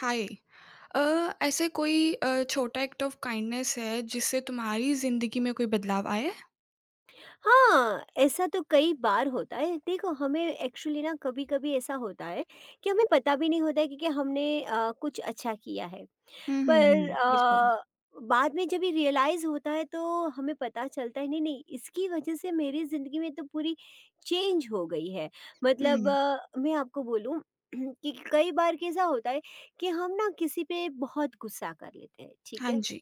हाय। ऐसे कोई छोटा एक्ट ऑफ काइंडनेस है जिससे तुम्हारी ज़िंदगी में कोई बदलाव आया है? हाँ, ऐसा तो कई बार होता है। देखो, हमें एक्चुअली ना कभी-कभी ऐसा होता है कि हमें पता भी नहीं होता है कि हमने कुछ अच्छा किया है। हुँ, हुँ, हुँ, पर बिल्कुल। बाद में जब ये रियलाइज़ होता है तो हमें पता चलता है नहीं, नहीं इसकी वजह से मेरी ज़िंदगी में तो पूरी चेंज हो गई है। मतलब हुँ, मैं आपको बोलूँ कि कई बार कैसा होता है कि हम ना किसी पे बहुत गुस्सा कर लेते हैं, ठीक हाँ है? जी।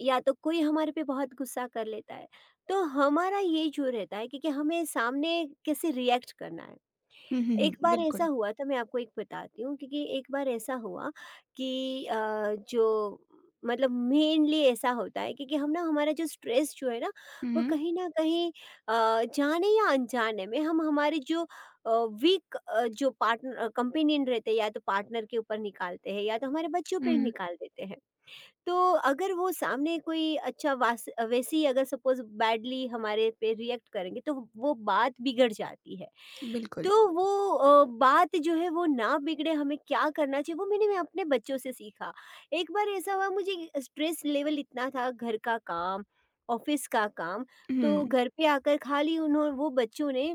या तो कोई हमारे पे बहुत गुस्सा कर लेता है, तो हमारा ये जो रहता है, क्योंकि हमें सामने कैसे रिएक्ट करना है। हुँ, हुँ, हुँ, एक बार ऐसा बिल्कुल। हुआ था, मैं आपको एक बताती हूँ, क्योंकि एक बार ऐसा हुआ कि जो मतलब मेनली ऐसा होता है क्योंकि हम ना हमारा जो स्ट्रेस जो है ना, वो हुँ, कहीं ना कहीं जाने या अनजाने में हम हमारे जो वीक जो पार्टनर कंपेनियन रहते हैं, या तो पार्टनर के ऊपर निकालते हैं या तो हमारे बच्चों पे हुँ, निकाल देते हैं। तो अगर वो सामने कोई अच्छा वास वैसे ही अगर सपोज़ बैडली हमारे पे रिएक्ट करेंगे तो वो बात बिगड़ जाती है। बिल्कुल। तो वो बात जो है वो ना बिगड़े, हमें क्या करना चाहिए, वो मैं अपने बच्चों से सीखा। एक बार ऐसा हुआ, मुझे स्ट्रेस लेवल इतना था, घर का काम, ऑफ़िस का काम। तो हुँ, घर पे आकर खाली उन्हों वो बच्चों ने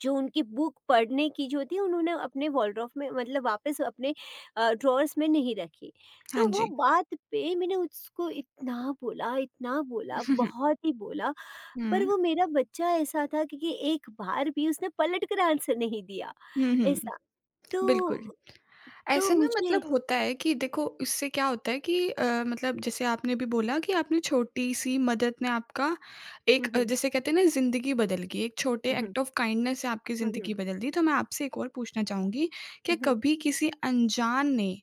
जो उनकी बुक पढ़ने की जो थी, उन्होंने अपने वॉलड्रॉफ में, मतलब वापस अपने ड्रॉअर्स में नहीं रखी। हाँ तो वो जी। बात पे मैंने उसको इतना बोला, बहुत ही बोला, हुँ, पर हुँ, वो मेरा बच्चा ऐसा था कि एक बार भी उसने पलट कर आंसर नहीं दिया, हुँ, हुँ, ऐसा। तो बिल्कुल। तो ऐसा ना मुझे मतलब होता है कि देखो इससे क्या होता है कि मतलब जैसे आपने भी बोला कि आपने छोटी-सी मदद ने आपका हुँ, एक हुँ, जैसे कहते हैं ना ज़िंदगी बदल गई, एक छोटे हुँ, हुँ, एक्ट ऑफ काइंडनेस से आपकी हुँ, हुँ, ज़िंदगी बदल दी। तो मैं आपसे एक और पूछना चाहूँगी, क्या हुँ, कभी किसी अनजान ने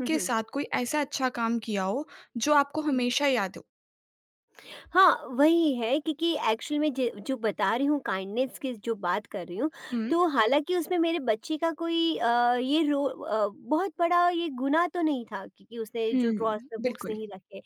हुँ, हुँ, साथ कोई ऐसा अच्छा काम किया हो जो आपको हुँ। हमेशा याद हो? हाँ, वही है क्योंकि एक्चुअल में ज जो बता रही हूँ, काइंडनेस की जो बात कर रही हूँ, हुँ, तो हालाँकि उसमें मेरे बच्चे का कोई बहुत बड़ा ये गुनाह तो नहीं था, क्योंकि उसने जो हुँ, ड्रॉर्स में बुक्स बिल्कुल। नहीं रखे।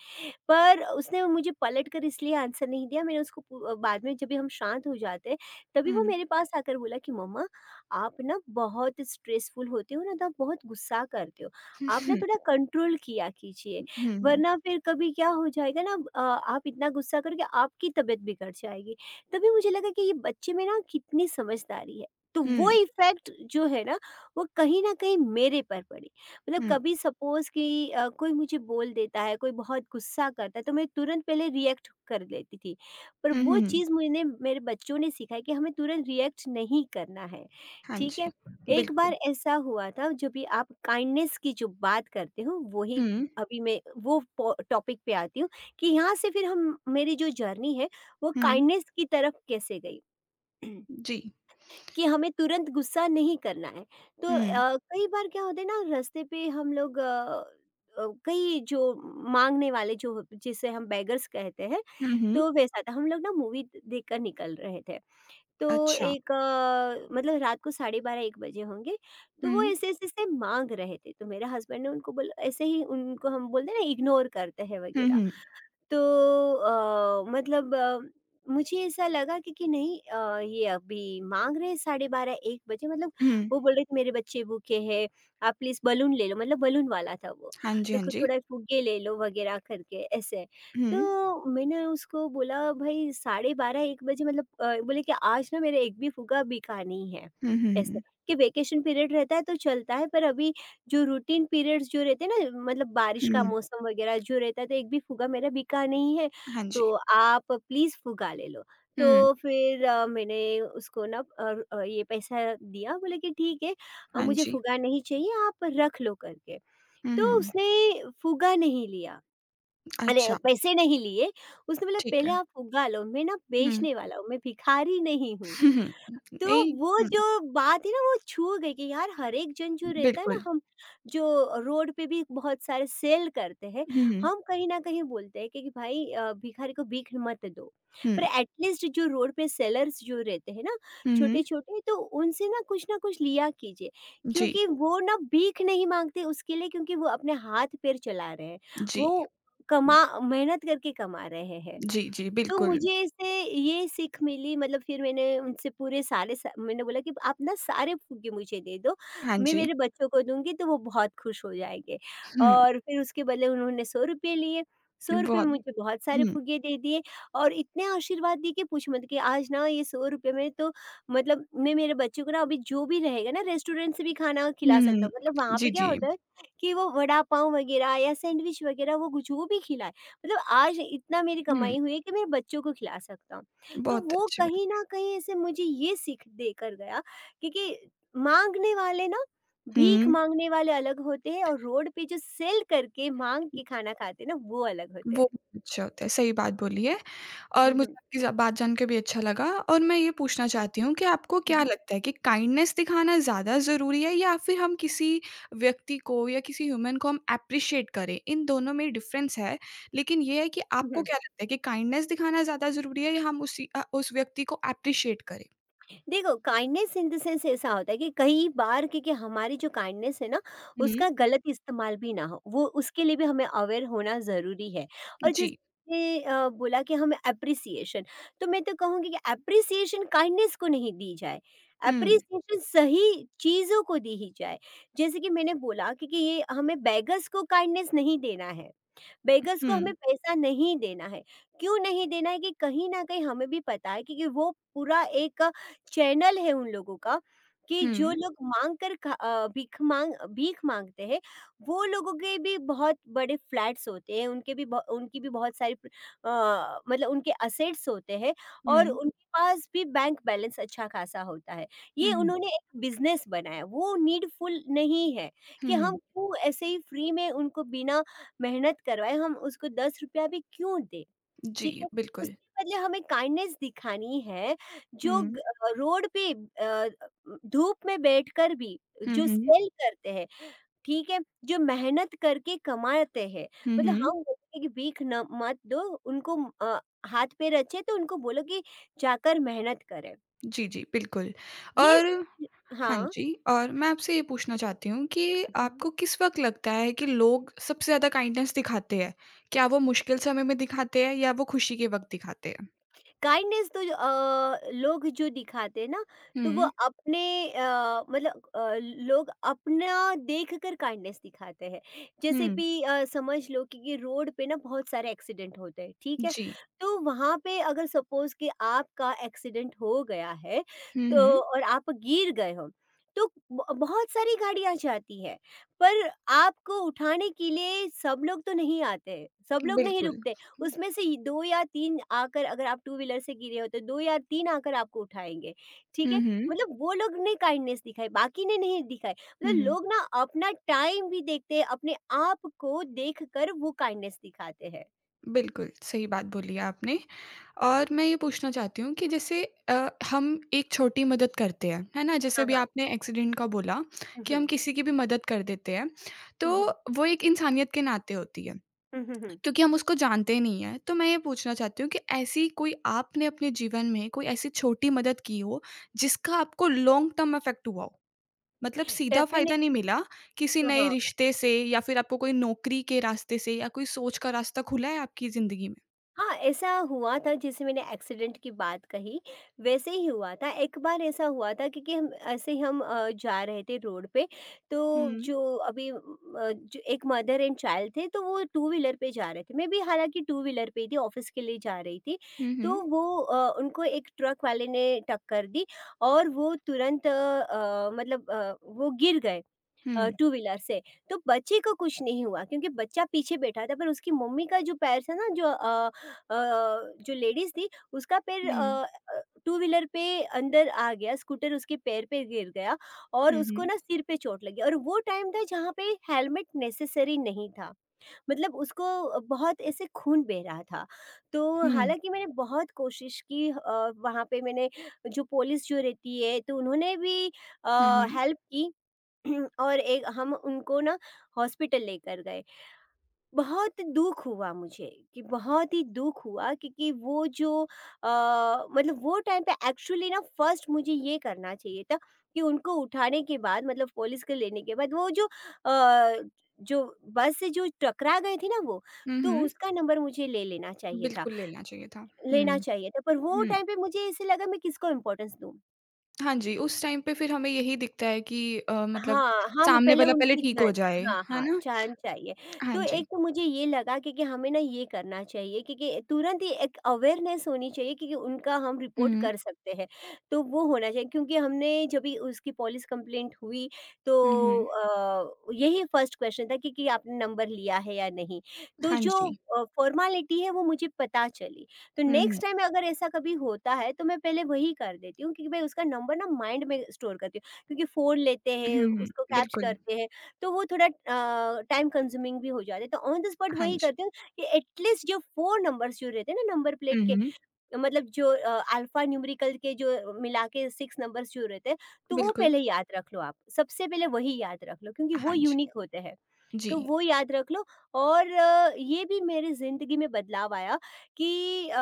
पर उसने मुझे पलटकर इसलिए आंसर नहीं दिया, मैंने उसको बाद में जब भी हम शांत हो जाते हैं, तभी हुँ, वो हुँ, मेरे पास आकर बोला कि मम्मा, आप ना बहुत स्ट्रेसफुल होते हो ना, तो आप बहुत गुस्सा करते हो। आप ना थोड़ा कंट्रोल किया कीजिए, हुँ, वरना फिर कभी क्या हो जाएगा ना, आप इतना गुस्सा करोगे, आपकी तबीयत बिगड़ जाएगी। तभी मुझे लगा कि ये बच्चे में ना कितनी समझदारी है। तो वो हुँ, इफ़ेक्ट जो है ना, वो कहीं न कहीं मेरे पर पड़ी। मतलब हुँ, कभी सपोज़ कि कोई मुझे बोल देता है, कोई बहुत गुस्सा करता है, तो मैं तुरंत पहले रिएक्ट कर लेती थी। पर हुँ, वो हुँ, चीज़ मैंने मेरे बच्चों ने सिखाई कि हमें तुरंत रिएक्ट नहीं करना है, हाँ ठीक है? जी, एक बार बिल्कुल। ऐसा हुआ था, जो भी आप काइंडनेस की जो बात करते हो वही हुँ, अभी मैं वो पो टॉपिक पे आती हूँ, कि यहाँ से फिर हम मेरी जो जर्नी है वो हुँ, काइंडनेस की तरफ कैसे गई। जी, कि हमें तुरंत गुस्सा नहीं करना है। तो हुँ। कई बार क्या होता है ना, रास्ते पे हम लोग कई जो माँगने वाले जो जिसे हम बेगर्स कहते हैं, हुँ, हुँ। तो वैसा था। हम लोग ना मूवी देखकर निकल रहे थे। तो अच्छा। एक मतलब रात को साढ़े 12-1 बजे होंगे, तो वो हुँ, ऐसे-ऐसे से माँग रहे थे। तो मेरे हस्बैंड ने उनको बोला, ऐसे ही उनको हम बोलते हैं ना, इग्नोर करते हैं हुँ, वगैरह। हुँ, तो मतलब मुझे ऐसा लगा कि नहीं, ये अभी मांग रहे हैं 12:30 1 बजे, मतलब हुँ। वो बोल रहे थे मेरे बच्चे भूखे हैं, आप प्लीज़ बलून ले लो, मतलब बलून वाला था वो। हाँ जी, तो हाँ खुद जी। थोड़ा फुग्गे ले लो वगैरह करके, ऐसे। हुँ, तो मैंने उसको बोला भाई 12:30 1 बजे मतलब बोले कि आज ना मेरा एक भी फुग्गा बिका नहीं है, हुँ, ऐसे। हुँ, कि वेकेशन पीरियड रहता है तो चलता है, पर अभी जो रूटीन पीरियड्स जो रहते हैं ना, मतलब बारिश का हुँ। मौसम वगैरह जो रहता है, तो एक भी फुगा मेरा बिका नहीं है, हाँ तो जी। आप प्लीज़ फुगा ले लो। हुँ, तो फिर मैंने उसको ना ये पैसा दिया, बोले कि ठीक है हाँ मुझे जी। फुगा नहीं चाहिए, आप रख लो करके। हुँ, तो हुँ। उसने फुगा नहीं लिया, अरे अच्छा, पैसे नहीं लिए। उसने बोला ठीक पहले है। आप फुगा लो, मैं ना हुँ, बेचने वाला हूँ, मैं भिखारी नहीं हूँ। हुँ, हुँ। तो नहीं वो हुँ, जो बात है ना, वो छू गई, कि यार हर एक जन जो रहता है ना, बिल्कुल। हम जो रोड पे भी बहुत सारे सेल करते हैं, हुँ, हुँ, हम कहीं ना कहीं बोलते हैं कि भाई भिखारी को भीख मत दो, पर हुँ, एटलीस्ट जो रोड पे सेलर्स जो रहते हैं ना हुँ, छोटे हुँ। छोटे, तो उनसे ना कुछ लिया कीजिए, जी, क्योंकि वो ना भीख नहीं मांगते उसके लिए, क्योंकि वो अपने हाथ पैर चला रहे हैं, जी। वो कमा मेहनत करके कमा रहे हैं। जी, जी, तो बिल्कुल। मुझे इससे ये सीख मिली, मतलब फिर मैंने उनसे पूरे सारे सा मैंने बोला कि आप ना सारे फुग्गे मुझे दे दो, हाँ मैं जी। मेरे बच्चों को दूँगी तो वो बहुत खुश हो जाएँगे। हुँ, और फिर उसके बदले उन्होंने ₹100 लिए, ₹100 में बहुत मुझे बहुत सारे हुँ, फुग्गे दे दिए और इतने आशीर्वाद दिए कि पूछ मत, कि आज ना ये ₹100 में तो, मतलब मैं मेरे बच्चों को ना अभी जो भी रहेगा ना रेस्टोरेंट से भी खाना हुँ, खिला सकता हुँ। हूँ। मतलब वहाँ पे जी, क्या जी। होता है कि वो वड़ा पाव वगैरह या सैंडविच वगैरह वो जो भी खिलाए, मतलब आज इतना मेरी कमाई हुँ, हुई है कि मैं बच्चों को खिला सकता हूँ। तो बहुत वो अच्छी बात। कहीं न कहीं ऐसे मुझे ये सीख देकर गया, क्योंकि माँगने वाले ना भीख हुँ, माँगने वाले अलग होते हैं, और रोड पे जो सेल करके माँग के खाना खाते हैं ना, वो अलग होते हैं। वो अच्छा होता है, सही बात बोली है। और हुँ, मुझे हुँ। आपकी ज बात जान के भी अच्छा लगा और मैं ये पूछना चाहती हूँ कि आपको हुँ, क्या हुँ। लगता है कि काइंडनेस दिखाना ज़्यादा ज़रूरी है या फिर हम किसी व्यक्ति को या किसी ह्यूमन को हम एप्रिशिएट करें? इन दोनों में डिफ़रेंस है, लेकिन ये है कि हुँ, आपको हुँ। क्या लगता है कि काइंडनेस दिखाना ज़्यादा ज़रूरी है या हम उस व्यक्ति को एप्रिशिएट करें? देखो, काइंडनेस इन द सेंस ऐसा होता है कि कई बार, क्योंकि हमारी जो काइंडनेस है ना, हुँ, उसका गलत इस्तेमाल भी ना हो, वो उसके लिए भी हमें अवेयर होना ज़रूरी है। और जिस जी। ने, बोला कि हमें अप्रिसिएशन, तो मैं तो कहूँगी कि अप्रिसिएशन काइंडनेस को नहीं दी जाए, हुँ, अप्रिसिएशन सही चीज़ों को दी ही जाए। जैसे कि मैंने बोला कि, ये हमें बैगर्स को काइंडनेस नहीं देना है, बेगस हुँ, को हमें पैसा नहीं देना है। क्यों नहीं देना है, कि कहीं न कहीं हमें भी पता है, क्योंकि वो पूरा एक चैनल है उन लोगों का, कि जो हुँ, लोग माँग कर भीख माँग भीख माँगते हैं, वो लोगों के भी बहुत बड़े फ्लैट्स होते हैं, उनके भी बहु उनकी भी बहुत सारी मतलब उनके एसेट्स होते हैं, और हुँ, उनके पास भी बैंक बैलेंस अच्छा-खासा होता है। ये हुँ, हुँ, उन्होंने एक बिज़नेस बनाया, वो नीडफुल नहीं है हुँ, कि हम हुँ। क्यों ऐसे ही फ्री में उनको बिना मेहनत करवाएँ, हम उसको ₹10 भी क्यों दें? जी, ठीक है? बिल्कुल। उसके बदले हमें काइंडनेस दिखानी है, जो हुँ, रोड पे धूप में बैठकर भी हुँ, जो हुँ, सेल करते हैं, ठीक है? जो मेहनत करके कमाते हैं, हुँ, मतलब हुँ। हम बोलते हैं कि भीख न मत दो, उनको अ, हाथ पे रचे तो उनको बोलो कि जाकर मेहनत करें। जी, जी, बिल्कुल ये और स हाँ हाँ। जी, और मैं आपसे ये पूछना चाहती हूँ कि आपको किस वक़्त लगता है कि लोग सबसे ज़्यादा काइंडनेस दिखाते हैं? क्या वो मुश्किल समय में दिखाते हैं या वो खुशी के वक़्त दिखाते हैं? काइंडनेस तो जो, लोग जो दिखाते हैं ना, तो वो हुँ, अपने मतलब लोग अपना देखकर काइंडनेस दिखाते हैं। जैसे हुँ, कि समझ लो कि, रोड पे ना बहुत सारे एक्सीडेंट होते हैं, ठीक है? जी। तो वहाँ पे अगर सपोज कि आपका एक्सीडेंट हो गया है, हुँ, तो हुँ, और आप गिर गए हो, तो बहुत सारी गाड़ियां जाती है, पर आपको उठाने के लिए सब लोग तो नहीं आते, सब लोग नहीं बिल्कुल। रुकते। उसमें से ये 2 या 3 आकर, अगर आप टू व्हीलर से गिरे हो, तो 2 या 3 आकर आपको उठाएँगे, ठीक हुँ, है? हुँ, मतलब वो लोग ने काइंडनेस दिखाई, बाकी ने नहीं दिखाई। हुँ, मतलब हुँ। लोग ना अपना टाइम भी देखते हैं, अपने आप को देखकर वो काइंडनेस दिखाते हैं। बिल्कुल, सही बात बोली आपने और मैं ये पूछना चाहती हूँ कि जैसे हम एक छोटी मदद करते हैं, है ना? जैसे हाँ, अभी हाँ। आपने एक्सीडेंट का बोला हुँ, कि हम हुँ। किसी की भी मदद कर देते हैं, तो हुँ, हुँ। वो एक इंसानियत के नाते होती है, हुँ, हुँ, हुँ। क्योंकि हम उसको जानते ही नहीं हैं। तो मैं ये पूछना चाहती हूँ कि ऐसी कोई आपने अपने जीवन में कोई ऐसी छोटी मदद की हो, जिसका आपको लॉन्ग टर्म इफ़ेक्ट हुआ हो? मतलब सीधा डेफ़िने फ़ायदा नहीं मिला, किसी नए रिश्ते से या फिर आपको कोई नौकरी के रास्ते से या कोई सोच का रास्ता खुला है आपकी ज़िंदगी में? हाँ, ऐसा हुआ था जैसे मैंने एक्सीडेंट की बात कही, वैसे ही हुआ था। एक बार ऐसा हुआ था क्योंकि हम ऐसे ही जा रहे थे रोड पे, तो हुँ। जो एक मदर एंड चाइल्ड थे, तो वो टू व्हीलर पे जा रहे थे। मैं भी हालाँकि टू व्हीलर पे ही थी, ऑफ़िस के लिए जा रही थी। हुँ, तो हुँ। उनको एक ट्रक वाले ने टक्कर दी और वो तुरंत अ, अ, मतलब अ, वो गिर गए। हुँ। टू व्हीलर से। तो बच्चे को कुछ नहीं हुआ क्योंकि बच्चा पीछे बैठा था पर उसकी मम्मी का जो पैर था ना अ, जो लेडीज़ थी, उसका पैर हुँ। टू व्हीलर पे अंदर आ गया, स्कूटर उसके पैर पे गिर गया और हुँ, उसको हुँ। ना सिर पे चोट लगी और वो टाइम था जहाँ पे हेलमेट नेसेसरी नहीं था। मतलब उसको बहुत ऐसे खून बह रहा था। तो हुँ। हालाँकि मैंने बहुत कोशिश की, वहाँ पे मैंने जो पुलिस जो रहती है तो उन्होंने भी हुँ, हुँ। हेल्प की। और एक हम उनको ना हॉस्पिटल लेकर गए। बहुत दुःख हुआ मुझे कि बहुत ही दुःख हुआ क्योंकि वो जो अ, मतलब वो टाइम पे एक्चुअली ना फ़र्स्ट मुझे ये करना चाहिए था कि उनको उठाने के बाद मतलब पुलिस को लेने के बाद वो जो बस से जो टकरा गए थे ना वो, हुँ, तो हुँ। उसका नंबर मुझे ले लेना चाहिए था, बिल्कुल लेना चाहिए था। हुँ, लेना चाहिए था। पर वो हुँ। टाइम पे मुझे ऐसे लगा मैं किसको इम्पोर्टेंस दूँ? हाँ जी, उस टाइम पे फिर हमें यही दिखता है कि मतलब हाँ, हम सामने पहले वाला पहले उनकी ठीक हो जान। जाए, हाँ, है हाँ, ना? जान चाहिए। हाँ तो जी। एक तो मुझे ये लगा कि हमें ना ये करना चाहिए क्योंकि तुरंत ही एक अवेयरनेस होनी चाहिए क्योंकि उनका हम रिपोर्ट हुँ। कर सकते हैं। तो वो होना चाहिए क्योंकि हमने जब भी उसकी पुलिस कंप्लेंट हुई तो हुँ, हुँ। यही फर्स्ट क्वेश्चन था कि आपने नंबर लिया है या नहीं? तो हाँ जो जी। फॉर्मेलिटी है वो मुझे पता चली। तो हुँ, नेक्स्ट हुँ। टाइम अगर ऐसा कभी होता है तो मैं पहले वही कर देती हूँ क्योंकि मैं उसका नंबर ना माइंड में स्टोर करती हूँ। क्योंकि फ़ोन लेते हुँ, हैं, हुँ। उसको कैप्च बिल्कुल। करते हैं, तो वो थोड़ा टाइम कंज्यूमिंग भी हो जाता है। तो ऑन द स्पॉट हाँ वही जी। करते हैं कि एटलीस्ट जो 4 नंबर्स जो रहते हैं ना नंबर हुँ, प्लेट के, हुँ। मतलब जो अल्फ़ा न्यूमेरिकल के जो मिला के 6 नंबर्स जो रहते हैं, तो वो बिल्कुल। पहले याद रख लो आप। सबसे पहले वही याद रख लो क्योंकि वो हाँ जी। यूनिक होते हैं। जी। तो वो याद रख लो और ये भी मेरी ज़िंदगी में बदलाव आया कि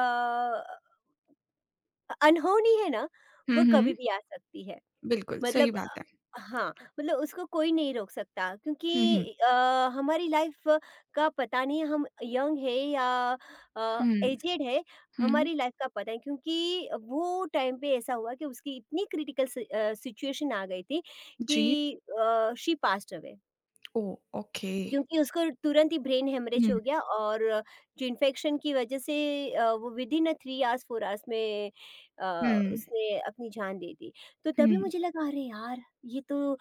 अनहोनी है ना, हुँ, वो कभी हुँ। भी आ सकती है। बिल्कुल, सही मतलब बात है। हाँ, मतलब उसको कोई नहीं रोक सकता हुँ, हुँ। क्योंकि अ, हमारी लाइफ का पता नहीं हम यंग है या हुँ, एजेड है, हुँ। हमारी लाइफ का पता नहीं क्योंकि वो टाइम पे ऐसा हुआ कि उसकी इतनी क्रिटिकल सिचुएशन आ गई थी जी। कि she passed away. Oh! Okay. क्योंकि उसको तुरंत ही ब्रेन हेमरेज हुँ, हो गया और जो इन्फेक्शन की वजह से वो विदिन अ 3 आवर्स 4 आवर्स में अ, हुँ, उसने अपनी जान दे दी। तो हुँ, तभी मुझे लगा अरे यार! ये तो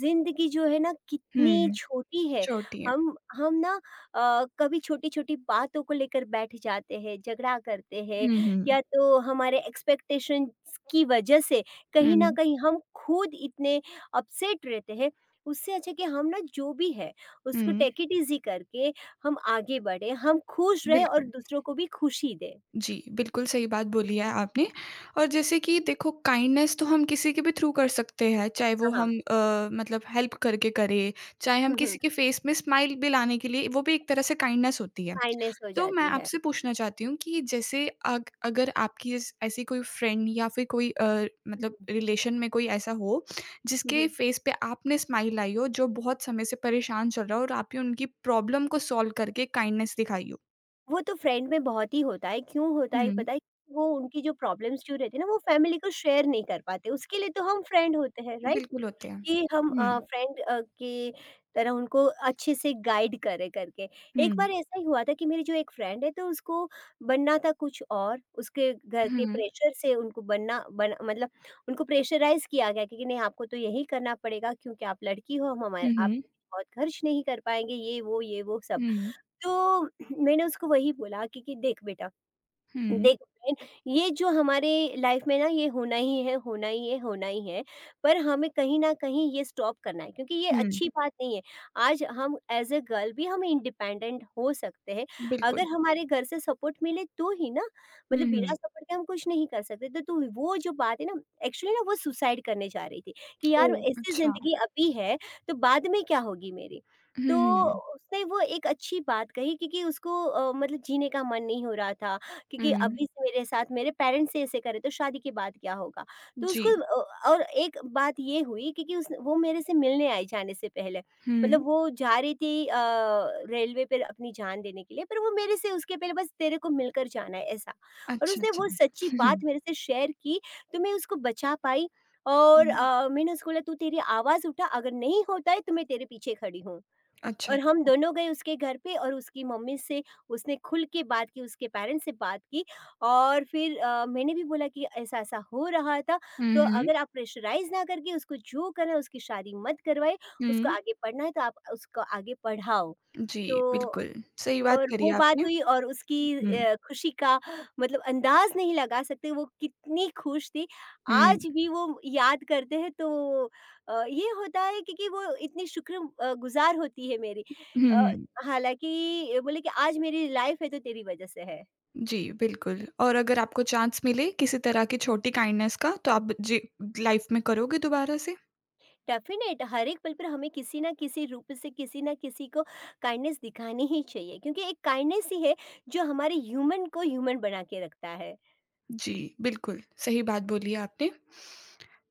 ज़िंदगी जो है ना कितनी हुँ। छोटी है। छोटी है। हम ना कभी छोटी-छोटी बातों को लेकर बैठ जाते हैं, झगड़ा करते हैं हुँ, हुँ। या तो हमारे एक्सपेक्टेशंस की वजह से कहीं न हुँ, कहीं हम खुद इतने अपसेट रहते हैं। उससे अच्छा कि हम ना जो भी है उसको हुँ। टेक इट इजी करके हम आगे बढ़े, हम खुश रहें और बिल्कुल। दूसरों को भी खुशी दें। जी, बिल्कुल सही बात बोली है आपने और जैसे कि देखो काइंडनेस तो हम किसी के भी थ्रू कर सकते हैं, चाहे हाँ, वो हाँ। हम मतलब हेल्प करके करें, चाहे हम हुँ, हुँ। किसी के फेस में स्माइल भी लाने के लिए वो भी एक तरह से काइंडनेस होती है। काइंडनेस हो तो मैं जाती है। आपसे पूछना चाहती हूँ कि जैसे अग अगर आपकी इस ऐसी कोई फ्रेंड या फिर कोई हुँ, मतलब हुँ। रिलेशन में कोई ऐसा हो, हुँ, जिसके हुँ। फेस पे आपने स्माइल लाई हो, जो बहुत समय से परेशान चल रहा हो और आपने उनकी प्रॉब्लम को सॉल्व करके काइंडनेस दिखाई हो। वो तो फ्रेंड में बहुत ही होता है, क्यों होता है हुँ। पता है? वो उनकी जो प्रॉब्लम्स जो रहती है ना वो फैमिली को शेयर नहीं कर पाते, उसके लिए तो हम फ्रेंड होते हैं, राइट? बिल्कुल होते हैं। कि हम हुँ, फ्रेंड की तरह उनको अच्छे से गाइड करें करके। हुँ। एक बार ऐसा ही हुआ था कि मेरी जो एक फ्रेंड है तो उसको बनना था कुछ और, उसके घर हुँ, के हुँ, प्रेशर से उनको बनना बन मतलब उनको प्रेशराइज़ किया गया कि नहीं आपको तो यही करना पड़ेगा क्योंकि आप लड़की हो, हम हमारे आप हुँ, बहुत खर्च नहीं कर पाएँगे, ये वो सब। हुँ, तो मैंने उसको वही बोला कि देख बेटा, हुँ, देखो बहन, ये जो हमारे लाइफ में ना ये होना ही है, होना ही है, होना ही है, पर हमें कहीं न कहीं ये स्टॉप करना है क्योंकि ये हुँ, अच्छी बात नहीं है। आज हम एज़ अ गर्ल भी हम इंडिपेंडेंट हो सकते हैं, अगर बिल्कुल। हमारे घर से सपोर्ट मिले तो ही ना, हुँ, मतलब बिना हुँ। सपोर्ट के हम कुछ नहीं कर सकते। तो वो जो बात है ना, एक्चुअली ना वो सुसाइड करने जा रही थी कि यार ओह! ऐसी अच्छा। ज़िंदगी अभी है, तो बाद में क्या होगी मेरी? हुँ, तो हुँ, उसने वो एक अच्छी बात कही क्योंकि उसको मतलब जीने का मन नहीं हो रहा था क्योंकि हुँ, अभी से मेरे साथ मेरे पेरेंट्स ही ऐसे करे तो शादी के बाद क्या होगा? तो जी। उसको और एक बात ये हुई क्योंकि उस वो मेरे से मिलने आई जाने से पहले। मतलब हुँ, वो जा रही थी रेलवे पर अपनी जान देने के लिए पर वो मेरे से उसके पहले बस तेरे को मिलकर जाना है ऐसा। और अच्छा, उसने अच्छा। वो हुँ, सच्ची हुँ, बात मेरे से शेयर की तो मैं उसको बचा पाई और हुँ, मैंने उसको बोला तू तेरी आवाज़ उठा, अगर नहीं होता है तो मैं तेरे पीछे खड़ी हूँ। अच्छा, और हम अच्छा। दोनों गए उसके घर पे और उसकी मम्मी से उसने खुल के बात की, उसके पेरेंट्स से बात की और फिर मैंने भी बोला कि ऐसा-ऐसा हो रहा था, हुँ, तो हुँ। अगर आप प्रेशराइज़ ना करके उसको जो करना है उसकी शादी मत करवाएँ, उसको हुँ, आगे पढ़ना है तो आप उसको आगे पढ़ाओ। जी, तो बिल्कुल, सही बात और करी वो बात आपने। हुई और उसकी हुँ, खुशी का मतलब अंदाज़ नहीं लगा सकते वो कितनी खुश थी। आज हुँ, भी वो याद करते हैं तो ये होता है क्योंकि वो इतनी शुक्र गुज़ार होती है मेरी। हुँ, अ, हुँ। हालाँकि बोले कि आज मेरी लाइफ़ है तो तेरी वज़ह से है। जी, बिल्कुल और अगर आपको चांस मिले किसी तरह की छोटी काइंडनेस का तो आप जी लाइफ़ में करोगे दोबारा से? डेफ़िनेट हर एक पल पर हमें किसी न किसी रूप से किसी न किसी को काइंडनेस दिखानी ही चाहिए क्योंकि एक काइंडनेस ही है जो हमारे ह्यूमन को ह्यूमन बना के रखता है। जी, बिल्कुल, सही बात बोली है आपने।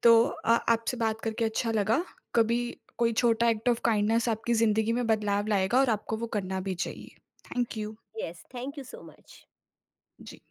तो आपसे बात करके अच्छा लगा, कभी कोई छोटा एक्ट ऑफ काइंडनेस आपकी ज़िंदगी में बदलाव लाएगा और आपको वो करना भी चाहिए। Thank you. Yes, thank you so much. Ji.